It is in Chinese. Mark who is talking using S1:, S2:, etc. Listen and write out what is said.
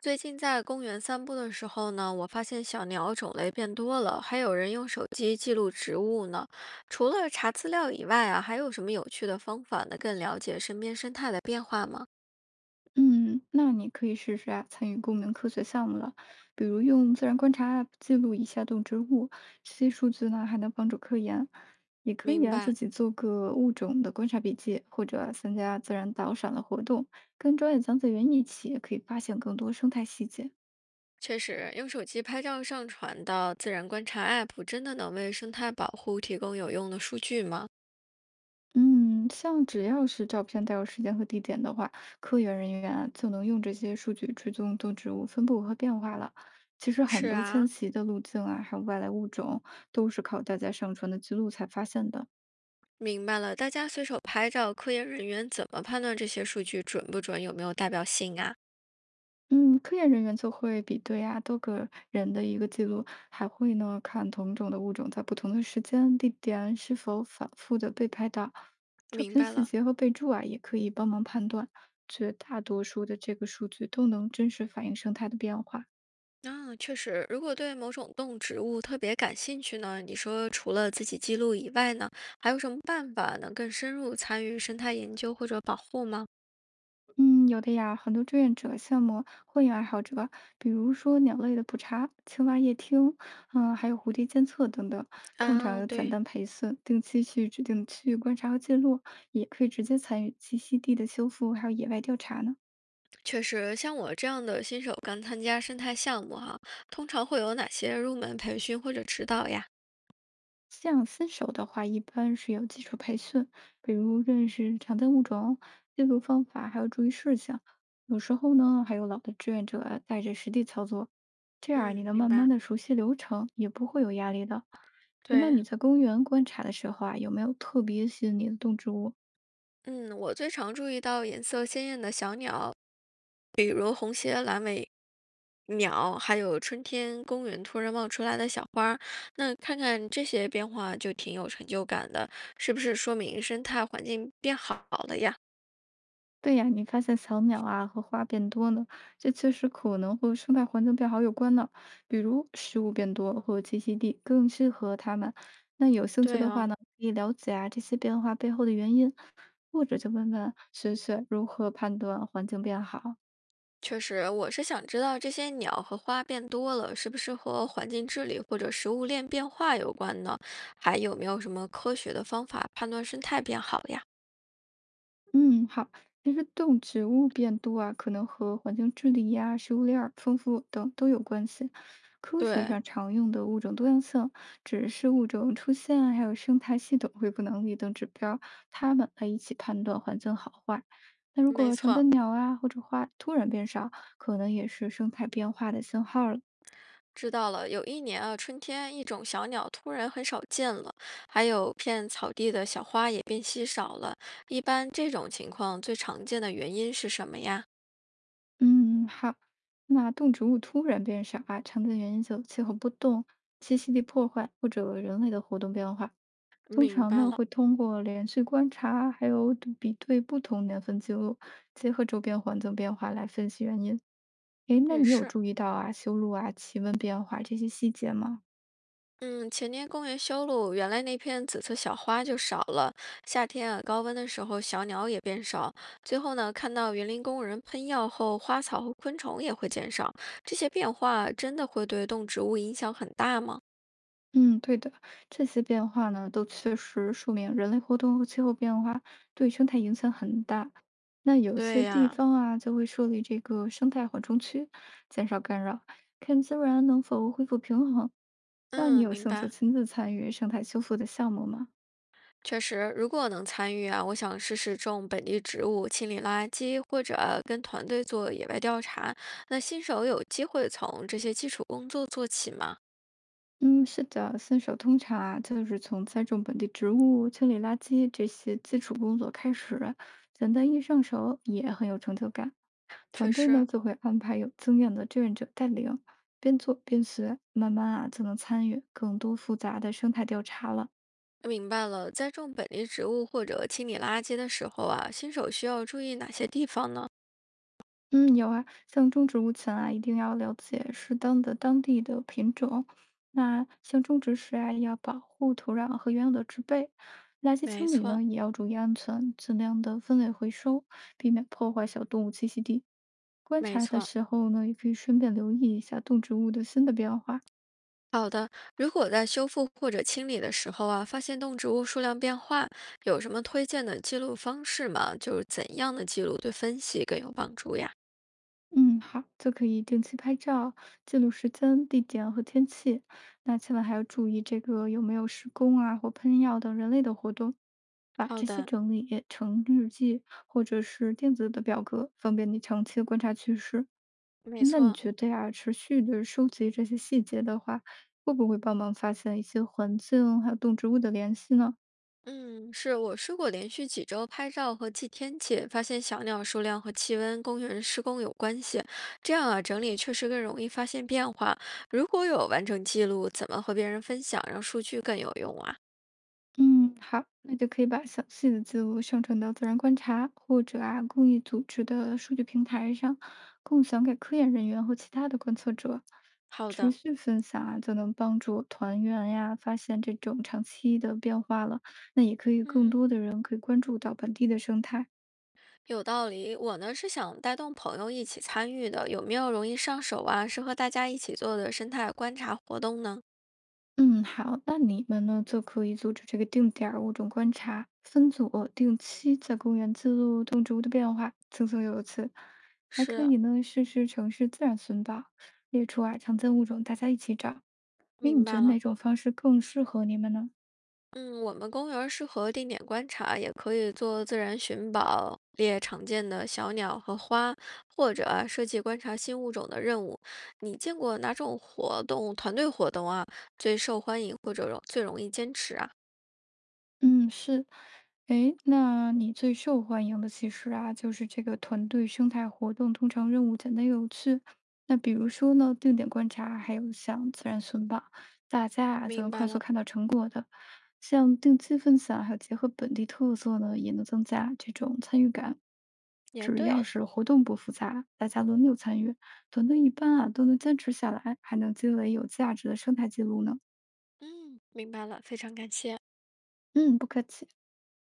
S1: 最近在公园散步的时候呢，我发现小鸟种类变多了，还有人用手机记录植物呢。除了查资料以外啊，还有什么有趣的方法呢？更了解身边生态的变化吗？
S2: 嗯，那你可以试试啊，参与公民科学项目了，比如用自然观察 App 记录一下动植物，这些数据呢还能帮助科研。也可以
S1: 明
S2: 啊，自
S1: 白，
S2: 己做个物种的观察笔记，或者啊参加自然导赏的活动，跟专业讲解员一起，可以发现更多生态细节。
S1: 确实，用手机拍照上传到自然观察 App，真的能为生态保护提供有用的数据吗？
S2: 嗯，像只要是照片带有时间和地点的话，科研人员啊就能用这些数据追踪动植物分布和变化了。其实很
S1: 是
S2: 多迁
S1: 啊，
S2: 徙的路径啊，还有外来物种，都是靠大家上传的记录才发现的。
S1: 明白了，大家随手拍照，科研人员怎么判断这些数据准不准，有没有代表性啊？
S2: 嗯，科研人员就会比对啊多个人的一个记录，还会呢看同种的物种在不同的时间、地点是否反复的被拍到，照
S1: 明
S2: 片
S1: 白
S2: 细
S1: 了。
S2: 节和备注啊也可以帮忙判断。绝大多数的这个数据都能真实反映生态的变化。
S1: 啊，确实，如果对某种动植物特别感兴趣呢，你说除了自己记录以外呢，还有什么办法能更深入参与生态研究或者保护吗？
S2: 嗯，有的呀，很多志愿者项目会有爱好者，比如说鸟类的普查、青蛙夜听，嗯，还有蝴蝶监测等等。通常
S1: 啊，
S2: 有简
S1: 对，
S2: 单培训，定期去指定区域观察和记录，也可以直接参与栖息地的修复，还有野外调查呢。
S1: 确实，像我这样的新手刚参加生态项目哈，通常会有哪些入门培训或者指导呀？
S2: 像新手的话，一般是有基础培训，比如认识常见物种、记录方法，还有注意事项。有时候呢，还有老的志愿者带着实地操作，这样你
S1: 嗯，
S2: 能
S1: 明
S2: 慢慢
S1: 白，
S2: 的熟悉流程，也不会有压力的。哎，那
S1: 对，
S2: 你在公园观察的时候啊，有没有特别吸引你的动植物？
S1: 嗯，我最常注意到颜色鲜艳的小鸟，鸟，还有春天公园突然冒出来的小花儿那看看这些变化就挺有成就感的，是不是说明生态环境变好了呀？
S2: 对呀，你发现小鸟啊和花变多呢，这确实可能和生态环境变好有关呢。比如食物变多或栖息地更适合它们。那有兴趣
S1: 对
S2: 的话
S1: 啊，
S2: 呢，可以了解啊这些变化背后的原因，或者就问问学学如何判断环境变好。
S1: 确实，我是想知道这些鸟和花变多了，是不是和环境治理或者食物链变化有关呢？还有没有什么科学的方法判断生态变好呀？
S2: 嗯，好。其实动植物变多啊，可能和环境治理呀、食物链儿丰富等都有关系。科学
S1: 对，
S2: 上常用的物种多样性只是物种出现啊还有生态系统恢复能力等指标，它们来一起判断环境好坏。那如
S1: 没
S2: 果常
S1: 错。
S2: 见鸟啊或者花突然变少，可能也是生态变化的信号了。
S1: 知道了，有一年啊，春天一种小鸟突然很少见了，还有片草地的小花也变稀少了。一般这种情况最常见的原因是什么呀？
S2: 嗯，好。那动植物突然变少啊，常见原因就气候波动、栖息地破坏或者人类的活动变化。通
S1: 明
S2: 常
S1: 白
S2: 呢，
S1: 了，
S2: 会通过连续观察，还有对比对不同年份记录，结合周边环境变化来分析原因。诶，那
S1: 也
S2: 你有
S1: 是。
S2: 注意到啊，修路啊、气温变化这些细节吗？
S1: 嗯，前年公园修路，原来那片紫色小花就少了。夏天啊，高温的时候，小鸟也变少。最后呢，看到园林工人喷药后，花草和昆虫也会减少。这些变化真的会对动植物影响很大吗？
S2: 嗯，对的，这些变化呢，都确实说明人类活动和气候变化对生态影响很大。那有些
S1: 对
S2: 地
S1: 呀，
S2: 方啊，就会设立这个生态缓冲区，减少干扰，看自然能否恢复平衡。那你
S1: 嗯，
S2: 有
S1: 明
S2: 兴趣
S1: 白。
S2: 亲自参与生态修复的项目吗？
S1: 确实，如果能参与啊，我想试试种本地植物、清理垃圾，或者跟团队做野外调查。那新手有机会从这些基础工作做起吗？
S2: 嗯，是的，新手通常啊，就是从栽种本地植物、清理垃圾这些基础工作开始，简单易上手，也很有成就感。
S1: 确
S2: 团队呢
S1: 实，
S2: 就会安排有经验的志愿者带领，边做边学，慢慢啊就能参与更多复杂的生态调查了。
S1: 明白了。在种本地植物或者清理垃圾的时候啊，新手需要注意哪些地方呢？
S2: 嗯，有啊，像种植物前啊，一定要了解适当的当地的品种。那像种植时啊，要保护土壤和原有的植被。垃圾
S1: 没
S2: 清理
S1: 错，
S2: 呢，也要注意安全，尽量的分类回收，避免破坏小动物栖息地。观
S1: 没
S2: 察的
S1: 错。
S2: 时候呢，也可以顺便留意一下动植物的新的变化。
S1: 好的，如果在修复或者清理的时候啊，发现动植物数量变化，有什么推荐的记录方式吗？就是怎样的记录对分析更有帮助呀？
S2: 嗯，好，就可以定期拍照，记录时间、地点和天气。那千万还要注意这个有没有施工啊或喷药等人类的活动，把
S1: 好
S2: 这些
S1: 的。
S2: 整理成日记或者是电子的表格，方便你长期的观察趋势。
S1: 没
S2: 诶那你
S1: 错，
S2: 觉得呀，持续的收集这些细节的话，会不会帮忙发现一些环境还有动植物的联系呢？
S1: 嗯，是我试过连续几周拍照和记天气，发现小鸟数量和气温、公园施工有关系。这样啊，整理确实更容易发现变化。如果有完整记录，怎么和别人分享，让数据更有用啊？
S2: 嗯，好，那就可以把详细的记录上传到自然观察或者啊公益组织的数据平台上，共享给科研人员和其他的观测者。
S1: 好
S2: 持
S1: 的，
S2: 续分享啊，就能帮助团员呀发现这种长期的变化了。那也可以更
S1: 嗯，
S2: 多的人可以关注到本地的生态。
S1: 有道理。我呢是想带动朋友一起参与的，有没有容易上手啊，适合大家一起做的生态观察活动呢？
S2: 嗯，好，那你们呢就可以组织这个定点儿物种观察分组，定期在公园记录动植物的变化，层层又有次，还可
S1: 是，
S2: 以呢试试城市自然寻宝，列出啊常见物种，大家一起找。哎，你
S1: 明
S2: 觉
S1: 白
S2: 得
S1: 了。
S2: 哪种方式更适合你们呢？
S1: 嗯，我们公园儿适合定点观察，也可以做自然寻宝，列常见的小鸟和花，或者啊设计观察新物种的任务。你见过哪种活动，团队活动啊，最受欢迎或者容最容易坚持啊？
S2: 嗯，是。哎，那你最受欢迎的其实啊，就是这个团队生态活动，通常任务简单又有趣。那比如说呢，定点观察，还有像自然寻宝，大家啊就能
S1: 明白
S2: 快速
S1: 了，
S2: 看到成果的。像定期分享，还有结合本地特色呢，也能增加这种参与感。
S1: 也
S2: 只
S1: 对，
S2: 要是活动不复杂，大家轮流参与，团队一般啊都能坚持下来，还能积累有价值的生态记录呢。
S1: 嗯，明白了，非常感谢。
S2: 嗯，不客气。